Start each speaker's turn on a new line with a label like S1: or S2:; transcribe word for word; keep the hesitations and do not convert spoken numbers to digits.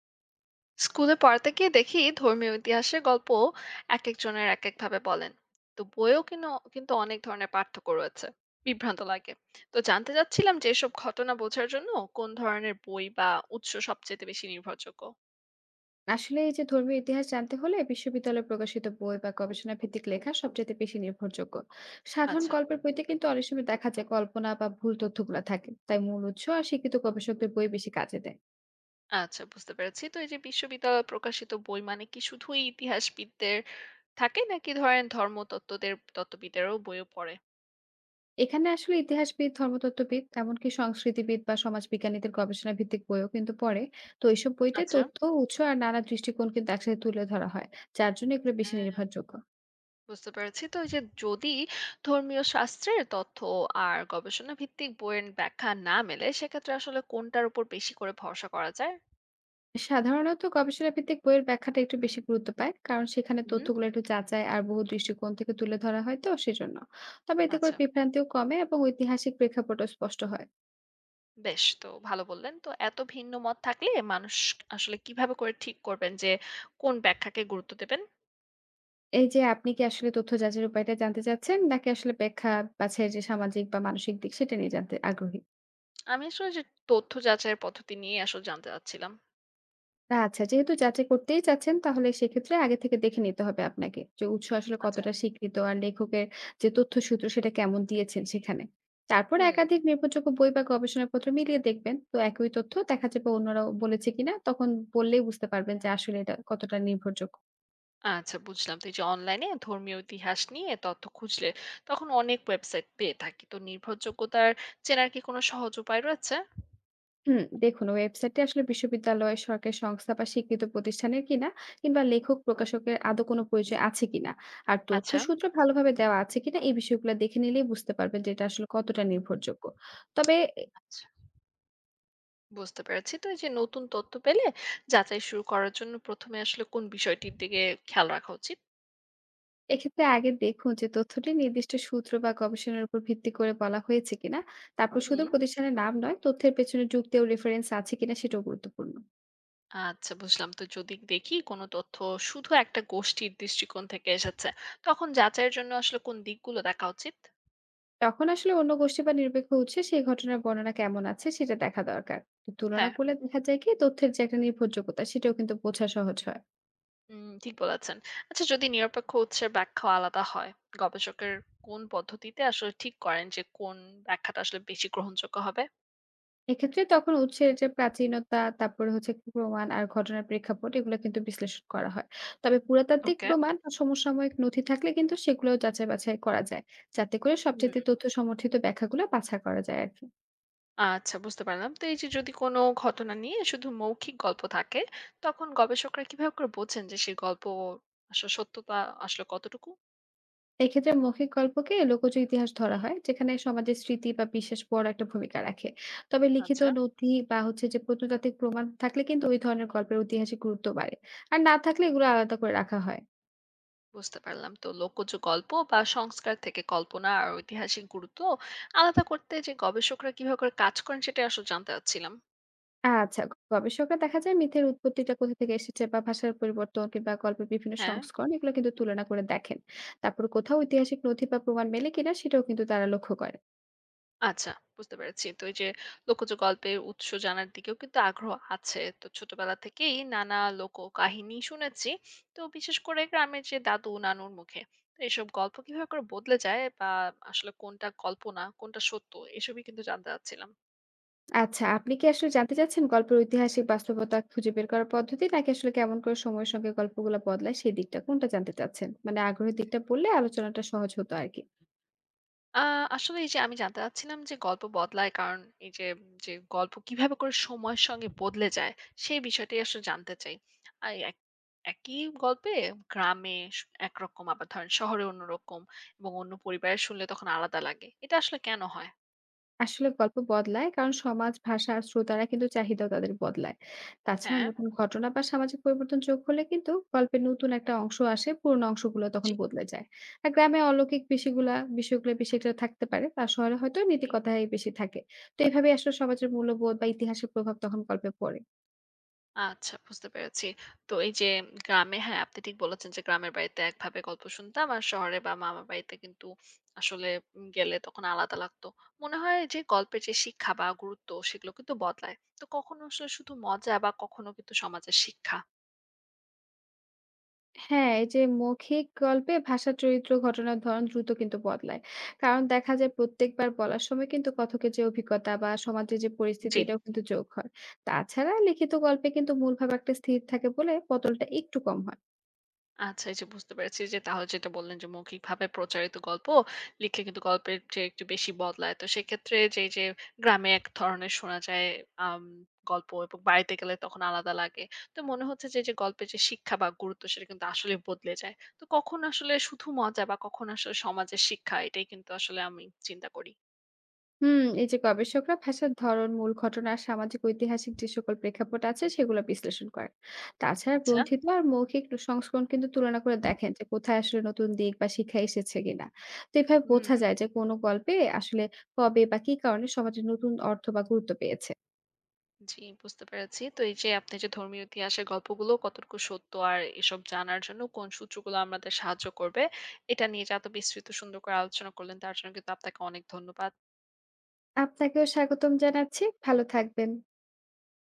S1: স্কুলে পড়াতে গিয়ে দেখি ধর্মীয় ইতিহাসের গল্প এক একজনের এক একভাবে বলেন। তো বইও কিন্তু কিন্তু অনেক ধরনের পার্থক্য রয়েছে, বিভ্রান্ত লাগে। তো জানতে চাচ্ছিলাম যে এসব ঘটনা বোঝার জন্য কোন ধরনের বই বা উৎস সবচেয়ে বেশি নির্ভরযোগ্য?
S2: আসলে এই যে ধর্মীয় ইতিহাস জানতে হলে বিশ্ববিদ্যালয়ে প্রকাশিত বই বা গবেষণা ভিত্তিক লেখা সবচেয়ে বেশি নির্ভরযোগ্য। সাধারণ
S1: আচ্ছা,
S2: গল্পের বইতে কিন্তু অনেক সময় দেখা যায় কল্পনা বা ভুল তথ্যগুলা থাকে, তাই মূল উৎস আর শিক্ষিত গবেষকদের বই বেশি কাজে দেয়।
S1: আচ্ছা, বুঝতে পেরেছি। তো এই যে বিশ্ববিদ্যালয় প্রকাশিত বই মানে কি শুধুই ইতিহাসবিদদের থাকে, নাকি ধরেন ধর্মতত্ত্বদের তত্ত্ববিদেরও বইও পড়ে?
S2: এখানে আসলে ইতিহাসবিদ, ধর্মতত্ত্ববিদ, এমনকি সংস্কৃতিবিদ বা সমাজবিজ্ঞানীদের গবেষণা ভিত্তিক বইও কিন্তু পড়ে। তো এইসব বইতে
S1: আচ্ছা,
S2: তথ্য, উৎস আর নানা দৃষ্টিকোণ কিন্তু একসাথে তুলে ধরা হয়, যার জন্য এগুলো বেশি নির্ভরযোগ্য।
S1: বুঝতে পেরেছি। তো এই যে যদি ধর্মীয় শাস্ত্রের তথ্য আর গবেষণা ভিত্তিক বইয়ের ব্যাখ্যা না মেলে, সেক্ষেত্রে আসলে কোনটার উপর বেশি করে ভরসা করা যায়?
S2: সাধারণত গবেষণা ভিত্তিক বইয়ের ব্যাখ্যাটা একটু বেশি গুরুত্ব পায়, কারণ সেখানে
S1: হুম।
S2: তথ্যগুলো একটু যাচাই আর বহু দৃষ্টিকোণ থেকে তুলে ধরা হয়, তো সেজন্য তবে এতে করে
S1: আচ্ছা,
S2: বিভ্রান্তিও কমে এবং ঐতিহাসিক প্রেক্ষাপটও স্পষ্ট হয়।
S1: বেশ, তো ভালো বললেন। তো এত ভিন্ন মত থাকলে মানুষ আসলে কিভাবে করে ঠিক করবেন যে কোন ব্যাখ্যাকে গুরুত্ব দেবেন?
S2: এই যে আপনি কি আসলে তথ্য যাচাইয়ের উপায়টা জানতে চাচ্ছেন, নাকি আসলে ব্যাখ্যা বাছাইয়ের যে সামাজিক বা মানসিক দিক সেটা নিয়ে জানতে আগ্রহী?
S1: আমি আসলে যে তথ্য যাচাইয়ের পদ্ধতি নিয়ে আসলে জানতে চাচ্ছিলাম।
S2: আচ্ছা, যেহেতু যাচাই করতেই চাচ্ছেন, তাহলে সেক্ষেত্রে আগে থেকে দেখে নিতে হবে আপনাকে, যে উৎস আসলে
S1: আচ্ছা।
S2: কতটা স্বীকৃত আর লেখকের যে তথ্যসূত্র সেটা কেমন দিয়েছেন সেখানে। তারপর
S1: হুম।
S2: একাধিক নির্ভরযোগ্য বই বা গবেষণাপত্র মিলিয়ে দেখবেন। তো একই তথ্য দেখা যাবে অন্যরাও বলেছে কিনা, তখন বললেই বুঝতে পারবেন যে আসলে এটা কতটা নির্ভরযোগ্য।
S1: আচ্ছা, বুঝলাম। তো এই যে অনলাইনে ধর্মীয় ইতিহাস নিয়ে তথ্য খুঁজলে তখন অনেক ওয়েবসাইট পেয়ে থাকি। তো নির্ভরযোগ্যতার চেনার কি কোনো সহজ উপায় রয়েছে?
S2: হুম, দেখুন ওয়েবসাইটে আসলে বিশ্ববিদ্যালয়, সরকারি সংস্থা বা স্বীকৃত প্রতিষ্ঠানের কিনা, কিংবা লেখক প্রকাশকের আদৌ কোনো পরিচয় আছে কিনা, আর তথ্য
S1: আচ্ছা।
S2: সূত্র ভালোভাবে দেওয়া আছে কিনা, এই বিষয়গুলো দেখে নিলেই বুঝতে পারবেন যে এটা আসলে কতটা
S1: হুম,
S2: নির্ভরযোগ্য। তবে এ-
S1: আচ্ছা। বুঝতে পেরেছি। তো এই যে নতুন তথ্য পেলে যাচাই শুরু করার জন্য প্রথমে আসলে কোন বিষয়টির দিকে খেয়াল রাখা উচিত?
S2: এক্ষেত্রে আগে দেখুন যে তথ্যটি নির্দিষ্ট সূত্র বা গবেষণার উপর ভিত্তি করে বলা হয়েছে কিনা। তারপর শুধু
S1: হুম।
S2: প্রতিষ্ঠানের নাম নয়, তথ্যের পেছনে যুক্তি ও রেফারেন্স আছে কিনা সেটাও গুরুত্বপূর্ণ।
S1: আচ্ছা, বুঝলাম। তো যদি দেখি কোনো তথ্য শুধু একটা গোষ্ঠীর দৃষ্টিকোণ থেকে এসেছে, তখন যাচাইয়ের জন্য আসলে কোন দিকগুলো দেখা উচিত?
S2: তখন আসলে অন্য গোষ্ঠী বা নিরপেক্ষ উৎসে সেই ঘটনার বর্ণনা কেমন আছে সেটা দেখা দরকার। তো তুলনা
S1: হ্যাঁ।
S2: করলে দেখা যায় কি তথ্যের যে একটা নির্ভরযোগ্যতা সেটাও কিন্তু বোঝা সহজ হয়।
S1: উম ঠিক বলেছেন। আচ্ছা, যদি নিরপেক্ষ উৎসের ব্যাখ্যা আলাদা হয়, গবেষকের কোন পদ্ধতিতে আসলে ঠিক করেন যে কোন ব্যাখ্যাটা আসলে বেশি গ্রহণযোগ্য হবে?
S2: এক্ষেত্রে তখন উৎসের যে প্রাচীনতা, তারপরে হচ্ছে প্রমাণ আর ঘটনার প্রেক্ষাপট, এগুলো কিন্তু বিশ্লেষণ করা হয়। তবে পুরাতাত্ত্বিক
S1: ওকে।
S2: প্রমাণ আর সমসাময়িক নথি থাকলে কিন্তু সেগুলোও যাচাই বাছাই করা যায়, যাতে করে সবচেয়ে
S1: হুম।
S2: তথ্য সমর্থিত ব্যাখ্যাগুলো বাছা করা যায় আর কি।
S1: আচ্ছা, বুঝতে পারলাম। তো এই যে যদি কোনো ঘটনা নিয়ে শুধু মৌখিক গল্প থাকে, তখন গবেষকরা কিভাবে করে বোঝেন যে সেই গল্প আসলে সত্যতা আসলে কতটুকু?
S2: এক্ষেত্রে মৌখিক গল্পকে লোকজ ইতিহাস ধরা হয়, যেখানে সমাজের স্মৃতি বা বিশ্বাস বড় একটা ভূমিকা রাখে। তবে লিখিত
S1: আচ্ছা।
S2: নথি বা হচ্ছে যে প্রত্নতাত্ত্বিক প্রমাণ থাকলে কিন্তু ওই ধরনের গল্পের ঐতিহাসিক গুরুত্ব বাড়ে, আর না থাকলে এগুলো আলাদা করে রাখা হয়।
S1: বুঝতে পারলাম। তো লোকজ গল্প বা সংস্কার থেকে কল্পনা আর ঐতিহাসিক গুরুত্ব আলাদা করতে যে গবেষকরা কিভাবে করে কাজ করেন সেটা আসলে জানতে চাচ্ছিলাম।
S2: আচ্ছা, গবেষকরা দেখা যায় মিথের উৎপত্তিটা কোথা থেকে এসেছে বা ভাষার পরিবর্তন কিংবা গল্পের বিভিন্ন
S1: হ্যাঁ।
S2: সংস্করণ, এগুলো কিন্তু তুলনা করে দেখেন। তারপর কোথাও ঐতিহাসিক নথি বা প্রমাণ মেলে কিনা সেটাও কিন্তু তারা লক্ষ্য করে।
S1: আচ্ছা, বুঝতে পেরেছি। তো এই যে লোকজ গল্পের উৎস জানার দিকেও কিন্তু আগ্রহ আছে। তো ছোটবেলা থেকেই নানা লোককাহিনী শুনেছি। তো বিশেষ করে গ্রামের যে দাদু নানুর মুখে। তো এসব গল্প কিভাবে করে বদলে যায়, বা আসলে কোনটা কল্পনা, কোনটা সত্য, এসবই কিন্তু জানতে চাচ্ছিলাম।
S2: আচ্ছা, আপনি কি আসলে জানতে চাচ্ছেন গল্পের ঐতিহাসিক বাস্তবতা খুঁজে বের করার পদ্ধতি, নাকি আসলে কেমন করে সময়ের সঙ্গে গল্পগুলো বদলায় সেই দিকটা, কোনটা জানতে চাচ্ছেন? মানে আগ্রহের দিকটা বললে আলোচনাটা সহজ হতো আরকি।
S1: আ আসলে এই যে আমি জানতে চাচ্ছিলাম যে গল্প বদলায় কারণ এই যে, যে গল্প কিভাবে করে সময়ের সঙ্গে বদলে যায় সেই বিষয়টাই আসলে জানতে চাই। আর এক একই গল্পে গ্রামে স একরকম, আবার ধরেন শহরে অন্যরকম, এবং অন্য পরিবারে শুনলে তখন আলাদা লাগে। এটা আসলে কেন হয়?
S2: আসলে গল্প বদলায় কারণ সমাজ, ভাষা আর শ্রোতারা কিন্তু চাহিদাও তাদের বদলায়। তাছাড়া
S1: হ্যাঁ।
S2: নতুন ঘটনা বা সামাজিক পরিবর্তন যোগ হলে কিন্তু গল্পের নতুন একটা অংশ আসে, পুরোনো অংশগুলো তখন
S1: জি,
S2: বদলে যায়। আর গ্রামে অলৌকিক বিষয়গুলা বিষয়গুলো বেশি একটা থাকতে পারে। আর শহরে হয়তো
S1: জি।
S2: নীতিকথাই বেশি থাকে। তো এভাবেই আসলে সমাজের মূল্যবোধ বা ইতিহাসের প্রভাব তখন গল্পে পড়ে।
S1: আচ্ছা, বুঝতে পেরেছি। তো এই যে গ্রামে হ্যাঁ, আপনি ঠিক বলেছেন যে গ্রামের বাড়িতে একভাবে গল্প শুনতাম। আর শহরে বা মামার বাড়িতে কিন্তু আসলে উম গেলে তখন আলাদা লাগতো। মনে হয় যে গল্পের যে শিক্ষা বা গুরুত্ব সেগুলো কিন্তু বদলায়। তো কখনো আসলে শুধু মজা, বা কখনো কিন্তু সমাজের শিক্ষা।
S2: হ্যাঁ, এই যে মৌখিক গল্পে ভাষা, চরিত্র, ঘটনার ধরন দ্রুত কিন্তু বদলায়। কারণ দেখা যায় প্রত্যেকবার বলার সময় কিন্তু কথকের যে অভিজ্ঞতা বা সমাজের যে পরিস্থিতি
S1: জি।
S2: এটাও কিন্তু যোগ হয়। তাছাড়া লিখিত গল্পে কিন্তু মূল ভাব একটা স্থির থাকে বলে বদলটা একটু কম হয়।
S1: আচ্ছা, এই যে বুঝতে পেরেছি যে তাহলে যেটা বললেন যে মৌখিকভাবে প্রচারিত গল্প লিখে কিন্তু গল্পের চেয়ে একটু বেশি বদলায়। তো সেক্ষেত্রে যে এই যে গ্রামে এক ধরনের শোনা যায় আম গল্প, এবং বাড়িতে গেলে তখন আলাদা লাগে। তো মনে হচ্ছে যে এই যে গল্পের যে শিক্ষা বা গুরুত্ব সেটা কিন্তু আসলে বদলে যায়। তো কখন আসলে শুধু মজা, বা কখন আসলে সমাজের শিক্ষা, এটাই কিন্তু আসলে আমি চিন্তা করি।
S2: হুম, এই যে গবেষকরা ভাষার ধরন, মূল ঘটনা আর সামাজিক ঐতিহাসিক যে সকল প্রেক্ষাপট আছে সেগুলো বিশ্লেষণ করেন। তাছাড়া
S1: আচ্ছা,
S2: গ্রন্থিত আর মৌখিক সংস্করণ কিন্তু তুলনা করে দেখেন যে কোথায় আসলে নতুন দিক বা শিক্ষা এসেছে কিনা। তো এভাবে
S1: হুম।
S2: বোঝা যায় যে কোনো গল্পে আসলে কবে বা কী কারণে সমাজে নতুন অর্থ বা গুরুত্ব পেয়েছে।
S1: জি, বুঝতে পেরেছি। তো এই যে আপনি যে ধর্মীয় ইতিহাসের গল্পগুলো কতটুকু সত্য আর এসব জানার জন্য কোন সূত্রগুলো আমাদের সাহায্য করবে, এটা নিয়ে যে এত বিস্তৃত সুন্দর করে আলোচনা করলেন তার জন্য কিন্তু আপনাকে অনেক ধন্যবাদ।
S2: আপনাকেও স্বাগতম জানাচ্ছি। ভালো থাকবেন।